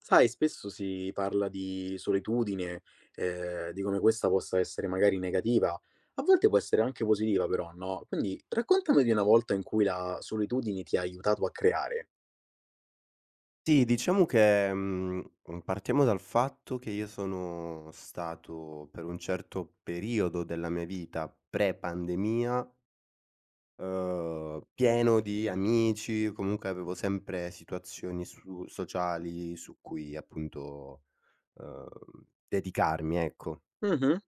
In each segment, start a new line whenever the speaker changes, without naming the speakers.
Sai, spesso si parla di solitudine, di come questa possa essere magari negativa, a volte può essere anche positiva però, no, quindi raccontami di una volta in cui la solitudine ti ha aiutato a creare.
Sì, diciamo che, partiamo dal fatto che io sono stato per un certo periodo della mia vita, pre-pandemia, pieno di amici, comunque avevo sempre situazioni su sociali su cui appunto, dedicarmi, ecco.
Mh-mh.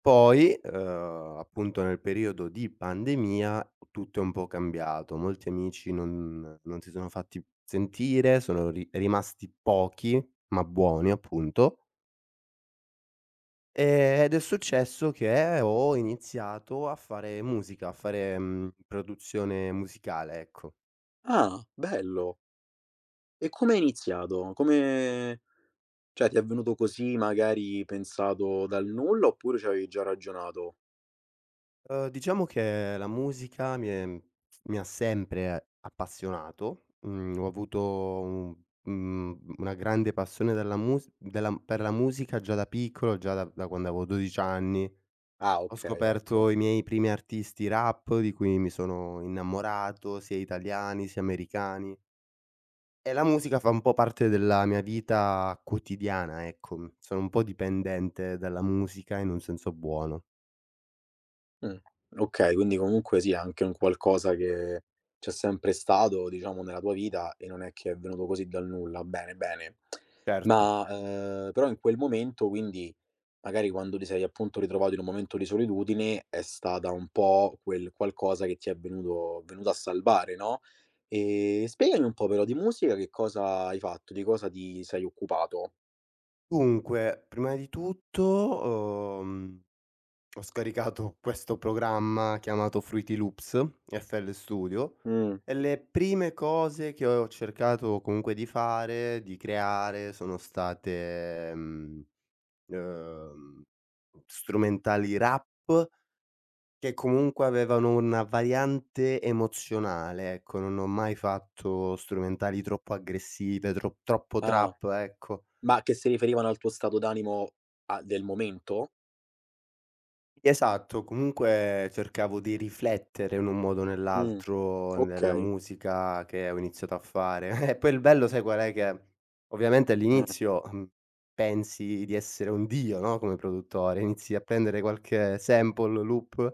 Poi, appunto nel periodo di pandemia tutto è un po' cambiato, molti amici non si sono fatti sentire, sono ri rimasti pochi, ma buoni appunto, ed è successo che ho iniziato a fare musica, a fare, produzione musicale, ecco.
Ah, bello. E come hai iniziato? Come cioè ti è venuto così magari pensato dal nulla, oppure ci avevi già ragionato?
Diciamo che la musica mi ha sempre appassionato. Mhmm, Ho avuto un una grande passione dalla mus della per la musica già da piccolo, già da quando avevo 12 anni.
Ah,
Ho
okay,
scoperto
ecco.
i miei primi artisti rap, di cui mi sono innamorato, sia italiani sia americani, e la musica fa un po' parte della mia vita quotidiana, ecco. Sono un po' dipendente dalla musica in un senso buono.
Mh. Okay, quindi comunque sì, è anche un qualcosa che c'è sempre stato, diciamo, nella tua vita e non è che è venuto così dal nulla. Bene, bene.
Certo.
Ma, però in quel momento, quindi, magari quando ti sei appunto ritrovato in un momento di solitudine, è stata un po' quel qualcosa che ti è venuto a salvare, no, spiegami un po' però di musica che cosa hai fatto, di cosa ti sei occupato?
Dunque, prima di tutto, uhm, ho scaricato questo programma chiamato Fruity Loops, FL Studio,
Mh,
e le prime cose che ho cercato comunque di fare, di creare, sono state, uhm, strumentali rap che comunque avevano una variante emozionale, ecco, non ho mai fatto strumentali troppo aggressive, troppo
ah,
trap, ecco.
ma che si riferivano al tuo stato d'animo a del momento?
Esatto, comunque cercavo di riflettere in un modo o
Mh.
nell'altro nella
Okay.
musica che ho iniziato a fare. E poi il bello sai qual è, che ovviamente
Eh,
all'inizio, pensi di essere un dio, no, come produttore, inizi a prendere qualche sample, loop,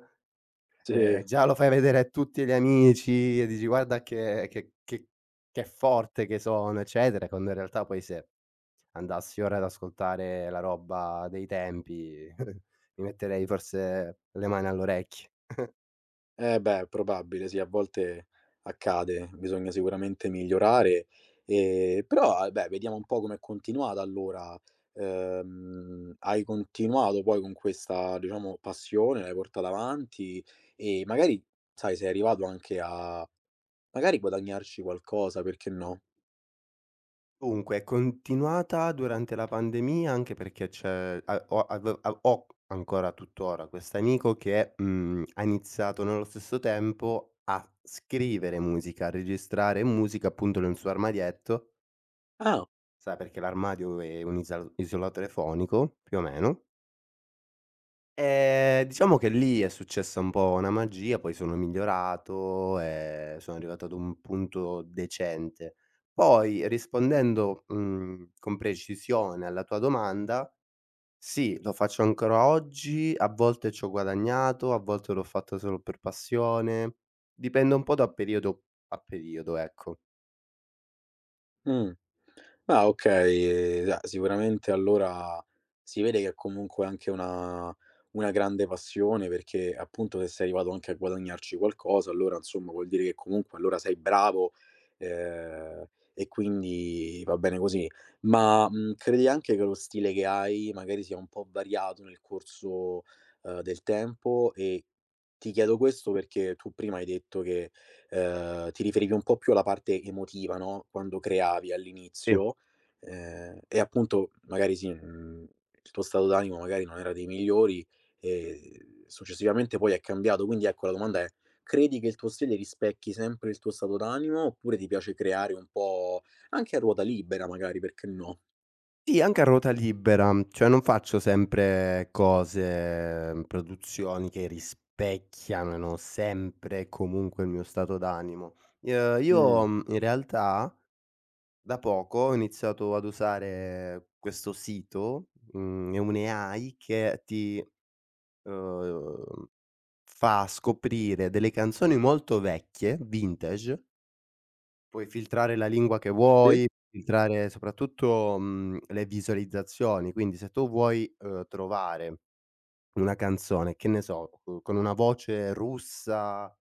sì.
già lo fai vedere a tutti gli amici e dici: "Guarda che forte che sono", eccetera, quando in realtà poi se andassi ora ad ascoltare la roba dei tempi, mi metterei forse le mani all'orecchie.
Eh beh, è probabile, sì, a volte accade. Bisogna sicuramente migliorare, però, ah, beh, vediamo un po' com'è continuata allora. Hai continuato poi con questa, diciamo, passione, l'hai portata avanti e magari, sai, sei arrivato anche a magari guadagnarci qualcosa, perché no?
Dunque, è continuata durante la pandemia anche perché c'è a ho ave a ho ancora tuttora quest'amico che, ha iniziato nello stesso tempo a scrivere musica, a registrare musica appunto nel suo armadietto,
Ah.
sai perché l'armadio è un isal isolatore fonico, più o meno. Diciamo che lì è successa un po' una magia, poi sono migliorato e sono arrivato ad un punto decente. Poi rispondendo, con precisione alla tua domanda, sì, lo faccio ancora oggi, a volte c'ho guadagnato, a volte l'ho fatto solo per passione, dipende un po' da periodo a periodo, ecco.
Mh. Ah okay, da sicuramente allora si vede che è comunque anche una grande passione perché appunto se sei arrivato anche a guadagnarci qualcosa, allora insomma vuol dire che comunque allora sei bravo, ehm, e quindi va bene così. Ma, credi anche che lo stile che hai magari sia un po' variato nel corso, del tempo? E ti chiedo questo perché tu prima hai detto che, ti riferivi un po' più alla parte emotiva, no, quando creavi all'inizio, e appunto magari sì, il tuo stato d'animo magari non era dei migliori e successivamente poi è cambiato. Quindi ecco, la domanda è: credi che il tuo stile rispecchi sempre il tuo stato d'animo, oppure ti piace creare un po' anche a ruota libera magari, perché no?
Sì, anche a ruota libera, cioè non faccio sempre cose produzioni che rispecchiano sempre e comunque il mio stato d'animo. Ehm,
Mh,
io, mhmm, in realtà da poco ho iniziato ad usare questo sito, è un'AI che ti, uhm, fa scoprire delle canzoni molto vecchie, vintage. Puoi filtrare la lingua che
sì,
vuoi, filtrare soprattutto, le visualizzazioni, quindi se tu vuoi, trovare una canzone, che ne so, con una voce russa,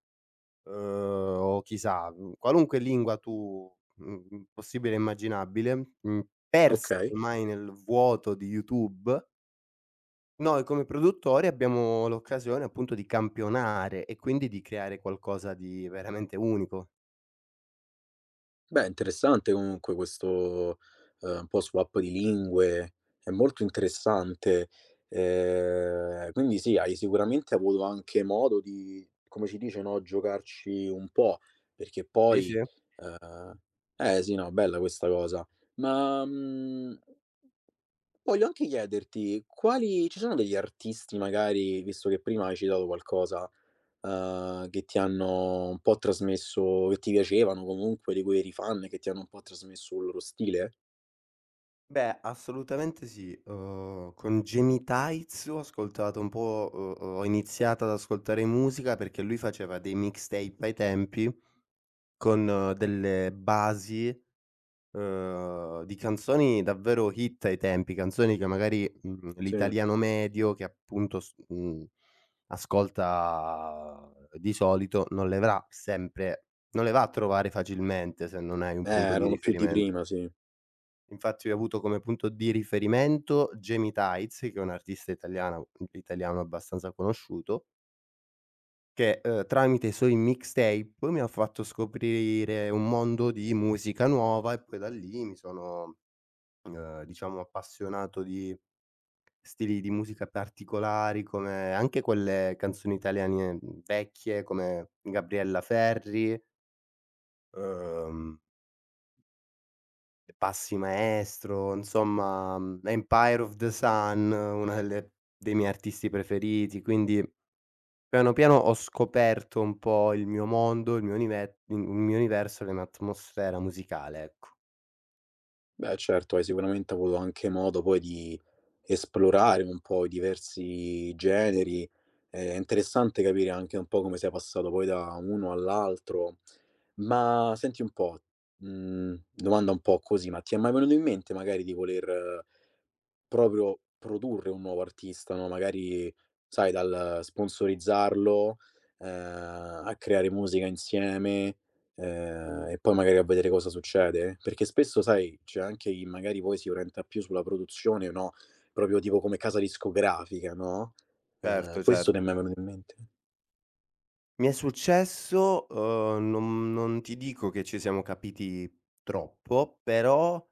uhm, o chissà, qualunque lingua tu, possibile e immaginabile, persa
okay.
ormai nel vuoto di YouTube, noi come produttori abbiamo l'occasione appunto di campionare e quindi di creare qualcosa di veramente unico.
Beh, interessante comunque questo, un po' swap di lingue, è molto interessante. Quindi sì, hai sicuramente avuto anche modo di, come si dice, no, giocarci un po', perché
Sì,
poi,
sì.
ehm eh sì, no, bella questa cosa. Ma, mhmm Voglio anche chiederti quali ci sono degli artisti magari, visto che prima hai citato qualcosa, che ti hanno un po' trasmesso che ti piacevano comunque, di cui eri fan, che ti hanno un po' trasmesso il loro stile?
Beh, assolutamente sì. Con Jamie Tights ho ascoltato un po', ho iniziato ad ascoltare musica perché lui faceva dei mixtape ai tempi con delle basi, di canzoni davvero hit ai tempi, canzoni che magari,
Sì.
l'italiano medio che appunto ascolta di solito non le avrà sempre non le va a trovare facilmente se non hai un punto di
Erano più di
riferimento.
prima, sì.
Infatti ho avuto come punto di riferimento Jamie Tights, che è un artista italiana italiano abbastanza conosciuto, che, tramite i suoi mixtape mi ha fatto scoprire un mondo di musica nuova e poi da lì mi sono, diciamo appassionato di stili di musica particolari come anche quelle canzoni italiane, vecchie come Gabriella Ferri, uhm Passi Maestro, insomma, Empire of the Sun, una delle dei miei artisti preferiti, quindi piano piano ho scoperto un po' il mio mondo, il mio universo, la mia atmosfera musicale, ecco.
Beh certo, hai sicuramente avuto anche modo poi di esplorare un po' i diversi generi. È interessante capire anche un po' come sei passato poi da uno all'altro. Ma senti un po', domanda un po' così, ma ti è mai venuto in mente magari di voler proprio produrre un nuovo artista, no, magari sai dal sponsorizzarlo, ehm, a creare musica insieme, e poi magari a vedere cosa succede. Perché spesso sai, c'è anche chi magari poi si orienta più sulla produzione, no, proprio tipo come casa discografica, no,
Certo,
questo ti è mai
certo.
venuto in mente?
Mi è successo, non ti dico che ci siamo capiti troppo, però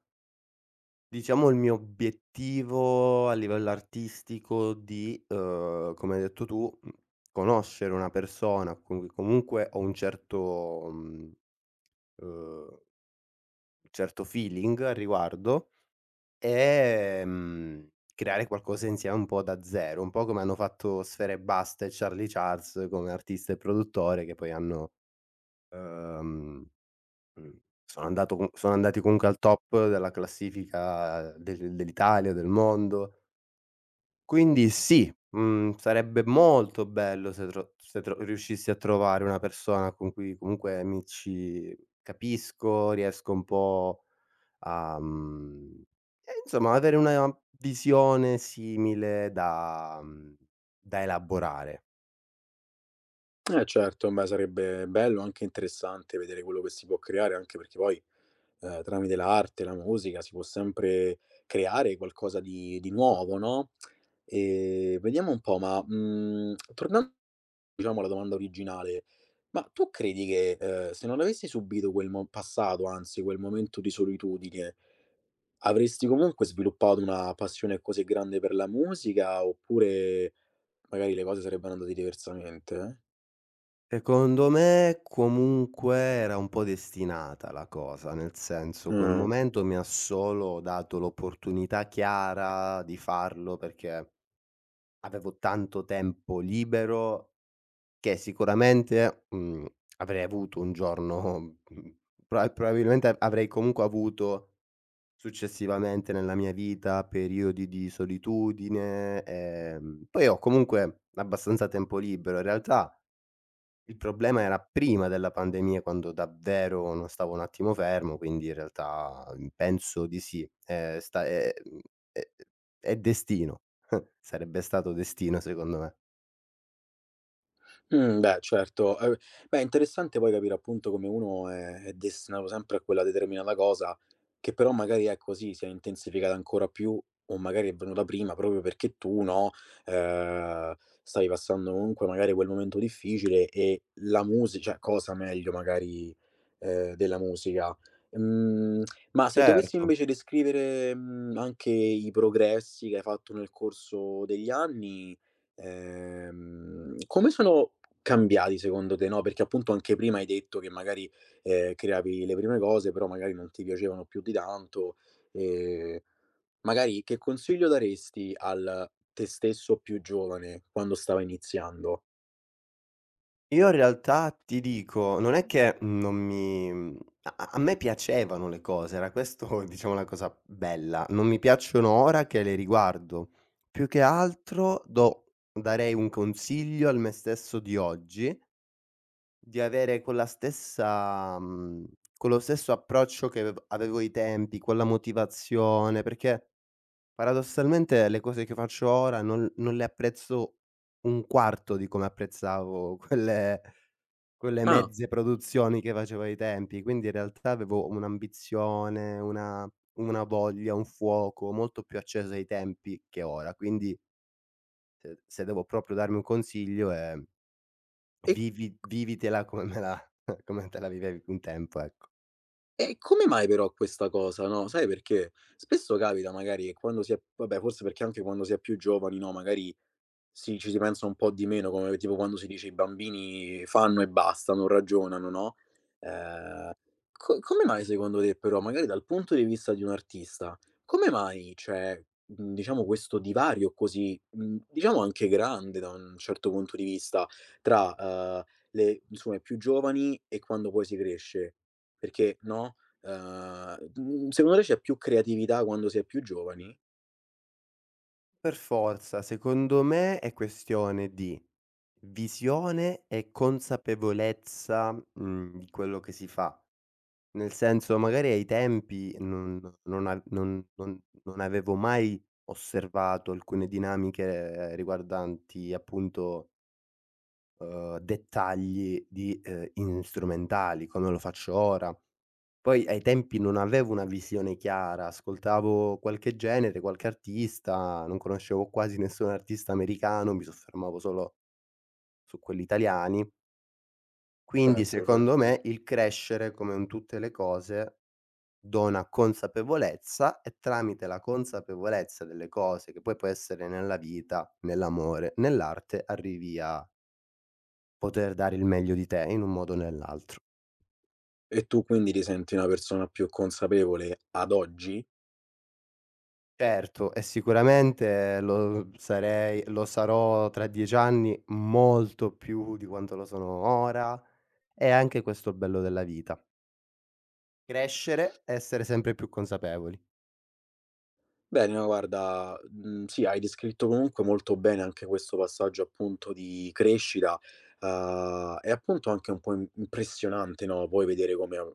diciamo il mio obiettivo a livello artistico di, come hai detto tu, conoscere una persona con cui comunque ho uhm, un certo feeling al riguardo, ehm, creare qualcosa insieme un po' da zero, un po' come hanno fatto Sfera Ebbasta e Charlie Charles come artista e produttore che poi hanno uhm, mhmm, sono andato co sono andati comunque al top della classifica dell'Italia, del mondo. Quindi sì, sarebbe molto bello se tro se tro riuscissi a trovare una persona con cui comunque mi ci capisco, riesco un po' a mhmm, e insomma avere una visione simile da elaborare.
Eh certo, beh sarebbe bello, anche interessante vedere quello che si può creare, anche perché poi, tramite l'arte, la musica, si può sempre creare qualcosa di nuovo, no, vediamo un po', ma, tornando diciamo alla domanda originale, ma tu credi che, se non avessi subito quel mo passato, anzi quel momento di solitudine, avresti comunque sviluppato una passione così grande per la musica, oppure magari le cose sarebbero andate diversamente?
Secondo me comunque era un po' destinata la cosa, nel senso quel
Mh.
momento mi ha solo dato l'opportunità chiara di farlo perché avevo tanto tempo libero che sicuramente, avrei avuto un giorno mhmm, probabilmente avrei comunque avuto successivamente nella mia vita periodi di solitudine, poi ho comunque abbastanza tempo libero. In realtà il problema era prima della pandemia quando davvero non stavo un attimo fermo, quindi in realtà, penso di sì. Sta è è destino. Sarebbe stato destino secondo me.
Beh certo. Beh è interessante poi capire appunto come uno è destinato sempre a quella determinata cosa, che però magari ecco sì, si è intensificata ancora più o magari è venuta prima proprio perché tu, no, ehm, stavi passando comunque magari quel momento difficile e la musi cioè cosa meglio magari, della musica. Mhmm, ma se dovessi
Certo.
invece descrivere, anche i progressi che hai fatto nel corso degli anni, come sono cambiati secondo te, no, perché appunto anche prima hai detto che magari, creavi le prime cose, però magari non ti piacevano più di tanto. Ehm, Magari che consiglio daresti al te stesso più giovane quando stava iniziando?
Io in realtà ti dico, non è che non mi a me piacevano le cose, era questo diciamo la cosa bella. Non mi piacciono ora che le riguardo. Più che altro do darei un consiglio al me stesso di oggi, di avere quella stessa quello stesso approccio che avevo ai tempi, quella motivazione, perché paradossalmente le cose che faccio ora non le apprezzo un quarto di come apprezzavo quelle
Ah,
mezze produzioni che facevo ai tempi, quindi in realtà avevo un'ambizione, una voglia, un fuoco molto più acceso ai tempi che ora. Quindi se devo proprio darmi un consiglio è
e
vivitela come me la come te la vivevi un tempo, ec
e come mai però questa cosa, no, sai perché? Spesso capita magari che quando si è vabbè forse perché anche quando si è più giovani, no, magari sì, ci si pensa un po' di meno, come tipo quando si dice: "I bambini fanno e basta, non ragionano", no, ehm, co come mai secondo te però, magari dal punto di vista di un artista, come mai c'è, diciamo questo divario così, diciamo anche grande da un certo punto di vista, tra, le insomma i più giovani e quando poi si cresce? Perché, no, secondo te c'è più creatività quando si è più giovani?
Per forza, secondo me è questione di visione e consapevolezza, di quello che si fa. Nel senso, magari ai tempi non non a non non non avevo mai osservato alcune dinamiche riguardanti appunto, dettagli di, in strumentali come lo faccio ora. Poi ai tempi non avevo una visione chiara, ascoltavo qualche genere, qualche artista, non conoscevo quasi nessun artista americano, mi soffermavo solo su quelli italiani. Quindi
Certo,
secondo
certo.
me il crescere, come in tutte le cose, dona consapevolezza e tramite la consapevolezza delle cose, che poi può essere nella vita, nell'amore, nell'arte, arrivi a poter dare il meglio di te in un modo o nell'altro.
E tu quindi ti senti una persona più consapevole ad oggi?
Certo, e sicuramente lo sarò tra 10 anni molto più di quanto lo sono ora, è anche questo il bello della vita. Crescere, essere sempre più consapevoli.
Bene, no guarda, sì, hai descritto comunque molto bene anche questo passaggio appunto di crescita, è appunto anche un po' im impressionante, no, poi vedere come,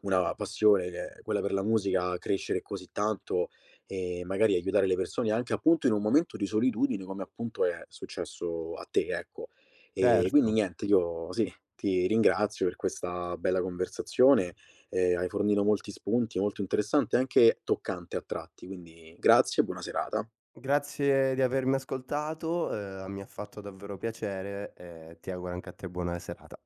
una passione che è quella per la musica crescere così tanto e magari aiutare le persone anche appunto in un momento di solitudine come appunto è successo a te, ecco. E
Certo.
quindi niente, io sì, ti ringrazio per questa bella conversazione, hai fornito molti spunti, molto interessante e anche toccante a tratti, quindi grazie e buona serata.
Grazie di avermi ascoltato, mi ha fatto davvero piacere e ti auguro anche a te buona serata.